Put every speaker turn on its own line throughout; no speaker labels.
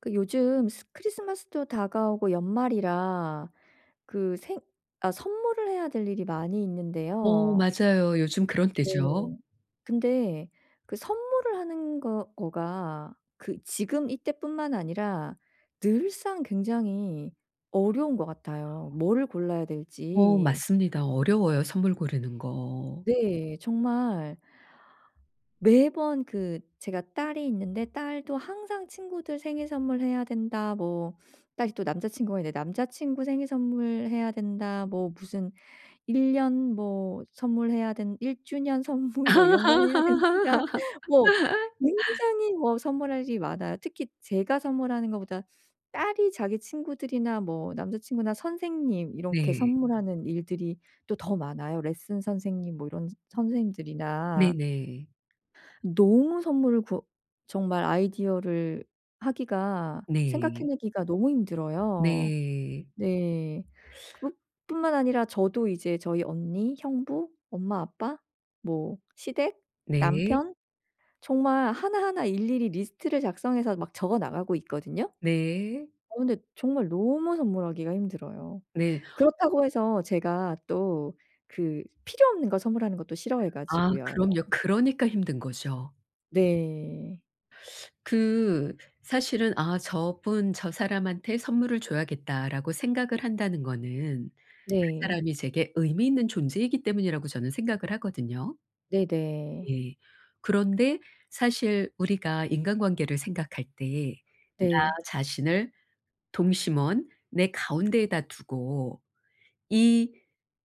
그 요즘 스 크리스마스도 다가오고 연말이라 그 생 아 선물을 해야 될 일이 많이
어
있는데요.
맞아요. 요즘 그런
네.
때죠.
근데 그 선물을 하는 거 거가 그 지금 이때뿐만 아니라 늘상 굉장히 어려운 것 같아요, 뭐를 골라야
어
될지.
맞습니다. 어려워요, 선물 고르는 거.
네. 정말 매번 그 제가 딸이 있는데 딸도 항상 친구들 생일 선물해야 된다. 뭐 딸이 또 남자 친구가 있는데 남자 친구 생일 선물해야 된다. 뭐 무슨 1 년 뭐 선물해야 된 1 주년 선물 뭐 이런 거 해야 된다. 뭐 굉장히 뭐 선물할 일이 많아요. 특히 제가 선물하는 것보다 딸이 자기 친구들이나 뭐 남자 친구나 선생님 이렇게
네.
선물하는 일들이 또 더 많아요. 레슨 선생님 뭐 이런 선생님들이나.
네네.
너무 선물을 구 정말 아이디어를 하기가
네.
생각해내기가 너무 힘들어요.
네.
네. 그것 뿐만 아니라 저도 이제 저희 언니, 형부, 엄마, 아빠, 뭐 시댁,
네.
남편 정말 하나하나 일일이 리스트를 작성해서 막 적어 나가고 있거든요.
네.
근데 정말 너무 선물하기가 힘들어요.
네.
그렇다고 해서 제가 또 그 필요 없는 거 선물하는 것도 싫어해
아
가지고요.
그럼요. 그러니까 힘든 거죠.
네.
그 사실은 '아 저분 저 사람한테 선물을 줘야겠다.'라고 생각을 한다는 거는 그
네.
사람이 제게 의미 있는 존재이기 때문이라고 저는 생각을 하거든요.
네네.
네. 그런데 사실 우리가 인간관계를 생각할 때 나
네.
자신을 동심원 내 가운데에다 두고 이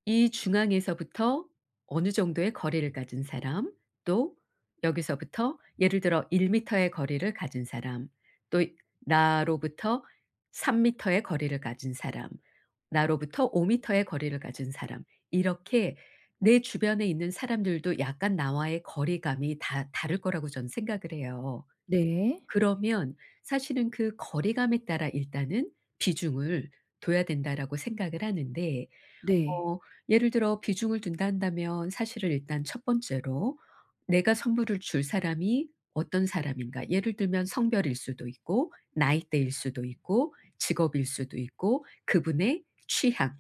이 중앙에서부터 어느 정도의 거리를 가진 사람, 또 여기서부터 예를 들어 1 미터의 거리를 가진 사람, 또 나로부터 3 미터의 거리를 가진 사람, 나로부터 5 미터의 거리를 가진 사람 이렇게 내 주변에 있는 사람들도 약간 나와의 거리감이 다 다를 거라고 저는 생각을 해요.
네.
그러면 사실은 그 거리감에 따라 일단은 비중을 둬야 된다라고 생각을 하는데
네.
어 예를 들어 비중을 둔다 한다면 사실은 일단 첫 번째로 내가 선물을 줄 사람이 어떤 사람인가. 예를 들면 성별일 수도 있고 나이대일 수도 있고 직업일 수도 있고 그분의 취향,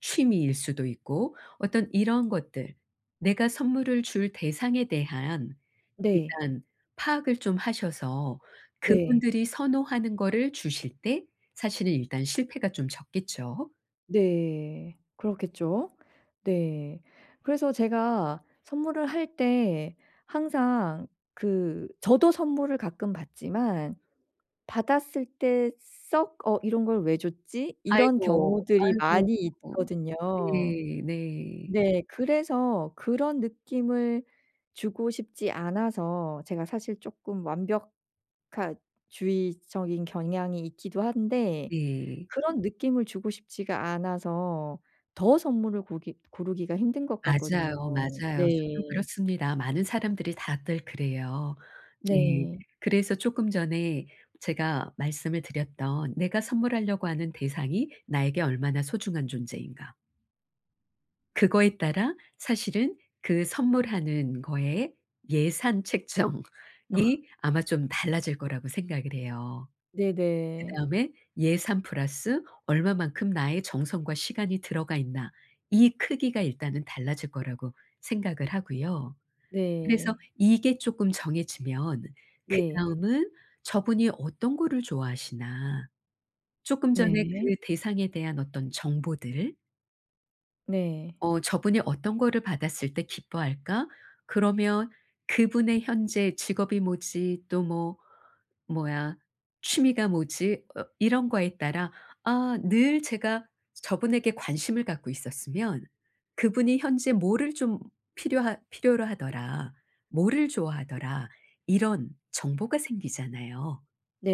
취미일 수도 있고 어떤 이런 것들 내가 선물을 줄 대상에 대한
네.
일단 파악을 좀 하셔서
네.
그분들이 선호하는 거를 주실 때 사실은 일단 실패가 좀 적겠죠.
네. 그렇겠죠. 네. 그래서 제가 선물을 할 때 항상 그 저도 선물을 가끔 받지만 받았을 때 썩 '어 이런 걸 왜 줬지?' 이런
"아이고,
경우들이
아이고."
많이 있거든요.
네. 네.
네. 그래서 그런 느낌을 주고 싶지 않아서 제가 사실 쪼끔 완벽주의적인 경향이 있기도 한데
네.
그런 느낌을 주고 싶지가 않아서 더 선물을 고기 고르기가 힘든 것 같거든요.
맞아요, 맞아요. 저도
네.
그렇습니다. 많은 사람들이 다들 그래요. 예.
네.
그래서 쪼끔 전에 제가 말씀을 드렸던 내가 선물하려고 하는 대상이 나에게 얼마나 소중한 존재인가. 그거에 따라 사실은 그 선물하는 거에 예산 책정이 아마 좀 달라질 거라고 생각을 해요.
네네.
그다음에 예산 플러스 얼마만큼 나의 정성과 시간이 들어가 있나 이 크기가 일단은 달라질 거라고 생각을 하고요. 그래서
네.
이게 쪼끔 정해지면
네.
그다음은 저분이 어떤 거를 좋아하시나 쪼끔 전에
네.
그 대상에 대한 어떤 정보들
네.
저분이 어떤 거를 받았을 때 기뻐할까? 그러면 그분의 현재 직업이 뭐지 또뭐 뭐야 취미가 뭐지? 이런 거에 따라 아 늘 제가 저분에게 관심을 갖고 있었으면 그분이 현재 뭐를 좀 필요하 필요로 하더라. 뭐를 좋아하더라. 이런 정보가 생기잖아요.
네.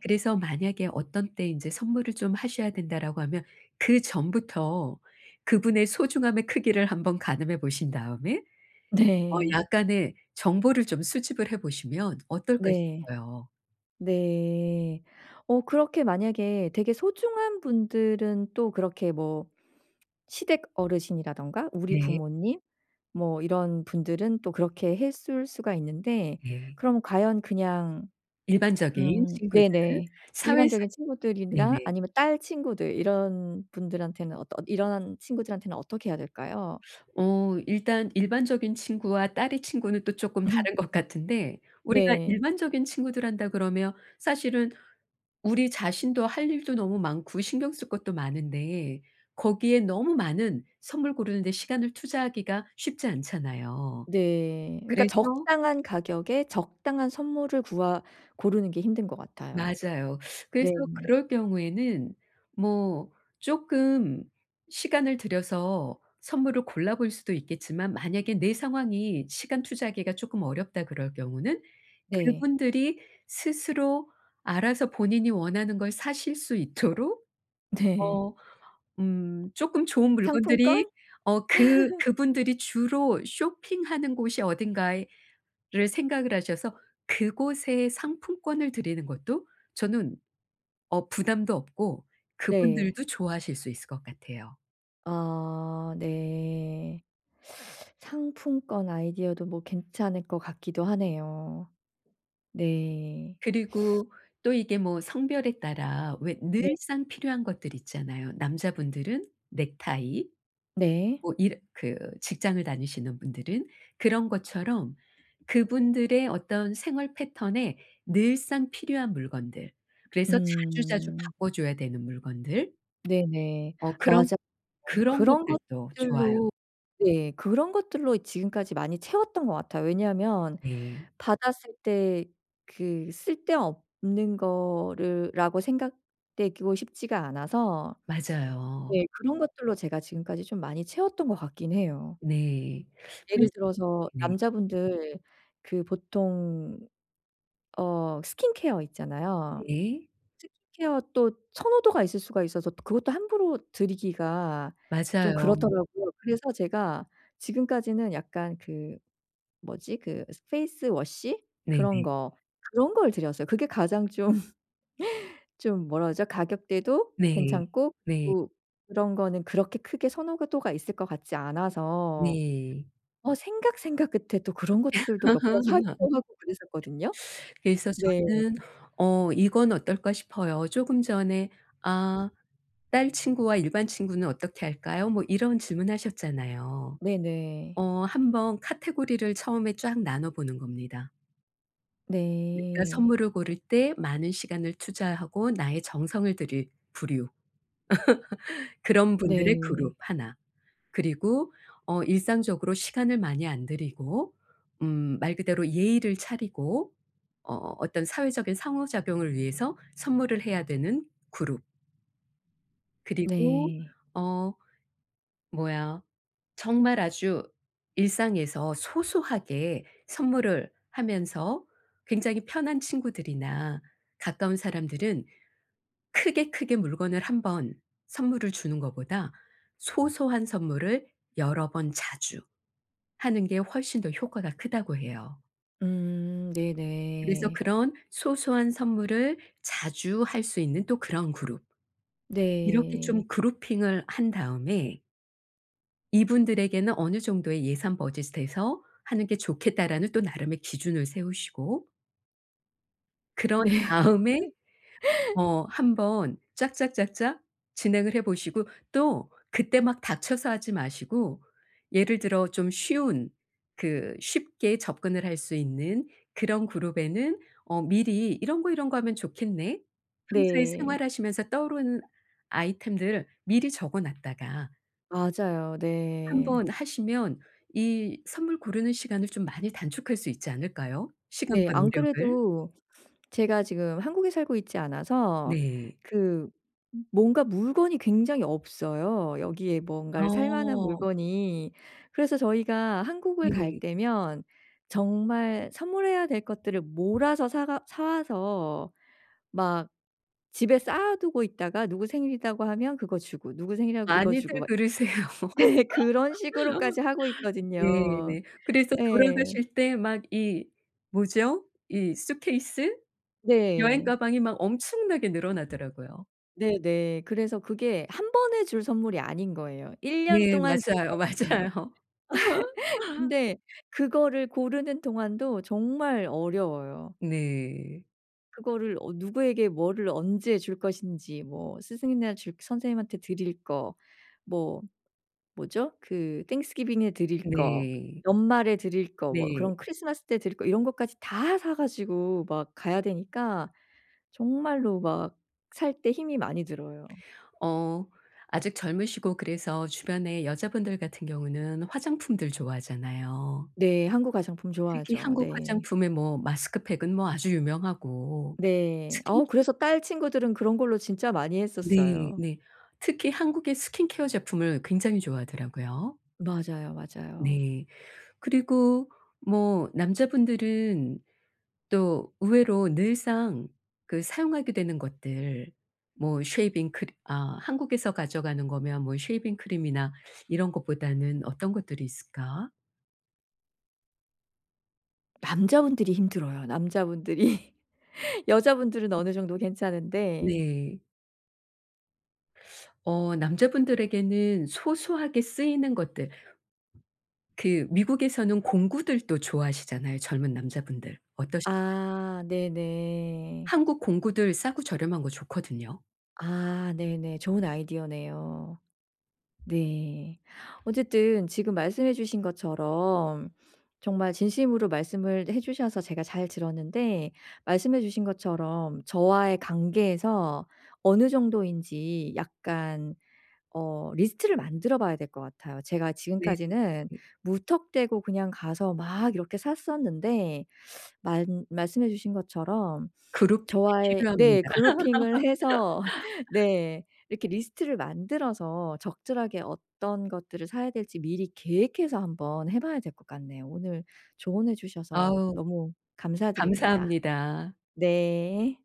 네.
그래서 만약에 어떤 때 이제 "선물을 좀 하셔야 된다."라고 하면 그 전부터 그분의 소중함의 크기를 한번 가늠해 보신 다음에
네.
약간의 정보를 좀 수집을 해 보시면 어떨까
네.
싶어요.
네. 그렇게 만약에 되게 소중한 분들은 또 그렇게 뭐 시댁 어르신이라든가 우리
네.
부모님 뭐 이런 분들은 또 그렇게 했을 수가 있는데
네.
그럼 과연 그냥
일반적인 친구는
네네.
사회사
일반적인 친구들이나
네네.
아니면 딸 친구들 이런 분들한테는 어떤 이런 친구들한테는 어떻게 해야 될까요?
일단 일반적인 친구와 딸의 친구는 또 쪼끔 다른 것 같은데 우리가
네.
일반적인 친구들 한다 그러면 사실은 우리 자신도 할 일도 너무 많고 신경 쓸 것도 많은데 거기에 너무 많은 선물 고르는 데 시간을 투자하기가 쉽지 않잖아요.
네. 그러니까
그래서
적당한 가격에 적당한 선물을 구하 고르는 게 힘든 것 같아요.
맞아요. 그래서
네.
그럴 경우에는 뭐 조금 시간을 들여서 선물을 골라 볼 수도 있겠지만 만약에 내 상황이 시간 투자하기가 조금 어렵다 그럴 경우는
네.
그분들이 스스로 알아서 본인이 원하는 걸 사실 수 있도록
네.
어 조금 좋은 물건들이
상품권?
어 그분들이 주로 쇼핑하는 곳이 어딘가를 생각을 하셔서 그곳에 상품권을 드리는 것도 저는 부담도 없고
네.
그분들도 좋아하실 수 있을 것 같아요.
아 네. 상품권 아이디어도 뭐 괜찮을 것 같기도 하네요. 네.
그리고 또 이게 뭐 성별에 따라 왜
네
늘상 필요한 것들 있잖아요. 남자분들은 넥타이
네.
뭐 일 그 직장을 다니시는 분들은 그런 것처럼 그분들의 어떤 생활 패턴에 늘상 필요한 물건들 그래서 자주자주
음.
바꿔 줘야 되는 물건들
네네.
어 그런
맞아요.
그런
그런
것들도 좋아요.
것들로 네 그런 것들로 지금까지 많이 채웠던 것 같아요. 왜냐하면
네.
받았을 때 그 쓸데없는 거를 라고 생각되고 싶지가 않아서
맞아요.
네. 그런 것들로 제가 지금까지 좀 많이 채웠던 것 같긴 해요.
네. 그래서
예를 들어서
네.
남자분들 그 보통 스킨케어 있잖아요.
네.
스킨케어 또 선호도가 있을 수가 있어서 또 그것도 함부로 드리기가 좀
맞아요.
그렇더라고요. 그래서 제가 지금까지는 약간 그 뭐지? 그 페이스 워시 그런
네네.
거, 그런 걸 드렸어요. 그게 가장 좀 뭐라 그러죠? 가격대도
네.
괜찮고
네.
또 그런 거는 그렇게 크게 선호도가 있을 것 같지 않아서
네.
생각 끝에 또 그런 것들도 몇 번 사기도 하고 그랬었거든요.
그래서
네.
저는 이건 어떨까 싶어요. 조금 전에 "아 딸 친구와 일반 친구는 어떻게 할까요?" 뭐 이런 질문하셨잖아요.
네 네.
한번 카테고리를 처음에 쫙 나눠 보는 겁니다. 그러니까
네.
선물을 고를 때 많은 시간을 투자하고 나의 정성을 들일 부류. 그런 분들의
네.
그룹 하나. 그리고 일상적으로 시간을 많이 안 들이고 말 그대로 예의를 차리고 어떤 사회적인 상호작용을 위해서 선물을 해야 되는 그룹. 그리고
네.
어 뭐야 정말 아주 일상에서 소소하게 선물을 하면서 굉장히 편한 친구들이나 가까운 사람들은 크게 크게 물건을 한번 선물을 주는 것보다 소소한 선물을 여러 번 자주 하는 게 훨씬 더 효과가 크다고 해요. 그래서
네네.
그런 소소한 선물을 자주 할 수 있는 또 그런 그룹.
네.
이렇게
네.
좀 그룹핑을 한 다음에 이분들에게는 어느 정도의 예산 버짓에서 하는 게 좋겠다라는 또 나름의 기준을 세우시고 그런 다음에 한번 짝짝짝짝 진행을 해 보시고 또 그때 막 닥쳐서 하지 마시고 예를 들어 좀 쉬운 그 쉽게 접근을 할 수 있는 그런 그룹에는 어 미리 '이런 거, 이런 거 하면 좋겠네.' 평소에
네.
생활하시면서 떠오르는 아이템들을 미리 적어 놨다가
맞아요.
한
네.
번 하시면 이 선물 고르는 시간을 좀 많이 단축할 수 있지 않을까요?
네.
시간과
안
노력을.
그래도 제가 지금 한국에 살고 있지 않아서
네.
그 뭔가 물건이 굉장히 없어요. 여기에 뭔가를 살 만한
어
물건이. 그래서 저희가 한국을 갈
네.
때면 정말 선물해야 될 것들을 몰아서 사가 사 와서 막 집에 쌓아 두고 있다가 누구 생일이라고 하면 그거 주고 누구 생일이라고 이거
많이들
주고 막
그러세요.
네 그런 식으로까지 하고 있거든요.
네네. 그래서
예. 네.
돌아가실 때 막 이 뭐죠? 이 수케이스 여행
네.
가방이 막 엄청나게 늘어나더라고요.
네네. 그래서 그게 한 번에 줄 선물이 아닌 거예요. 1년
네
동안 줄
맞아요,
선물인 거예요.
맞아요.
근데 그거를 고르는 동안도 정말 어려워요.
네.
그거를 누구에게 뭐를 언제 줄 것인지 뭐 스승이나 줄 선생님한테 드릴 거 뭐 뭐죠? 그 땡스기빙에 드릴 거
네.
연말에 드릴 거 뭐
네.
그런 크리스마스 때 드릴 거 이런 것까지 다 사 가지고 막 가야 되니까 정말로 막 살 때 힘이 많이 들어요.
어 아직 젊으시고 그래서 주변에 여자분들 같은 경우는 화장품들 좋아하잖아요.
네. 한국 가장품
특히
좋아하죠.
한국
네.
화장품의 뭐 마스크팩은 뭐 아주 유명하고
네.
스킨케어
그래서 딸 친구들은 그런 걸로 진짜 많이
네.
했었어요.
네. 특히 한국의 스킨케어 제품을 굉장히 좋아하더라고요.
맞아요, 맞아요.
네. 그리고 뭐 남자분들은 또 의외로 늘상 그 사용하게 되는 것들 뭐 쉐이빙 크림 아 한국에서 가져가는 거면 뭐 쉐이빙 크림이나 이런 것보다는 어떤 것들이 있을까?
남자분들이 힘들어요, 남자분들이. 여자분들은 어느 정도 괜찮은데.
네. 남자분들에게는 소소하게 쓰이는 것들 그 미국에서는 공구들도 좋아하시잖아요, 젊은 남자분들. 어떠신
아 네네.
한국 공구들 싸고 저렴한 거 좋거든요.
아 네네. 좋은 아이디어네요. 네. 어쨌든 지금 말씀해 주신 것처럼 정말 진심으로 말씀을 해 주셔서 제가 잘 들었는데 말씀해 주신 것처럼 저와의 관계에서 어느 정도인지 약간 리스트를 만들어 봐야 될 것 같아요. 제가
네.
지금까지는 무턱대고 그냥 가서 막 이렇게 샀었는데 말 말씀해 주신 것처럼
그룹핑이
저와의
필요합니다.
네 그룹핑을 해서 네 이렇게 리스트를 만들어서 적절하게 어떤 것들을 사야 될지 미리 계획해서 한번 해 봐야 될 것 같네요. 오늘 조언해 주셔서
아우
너무 감사드립니다.
감사합니다.
네.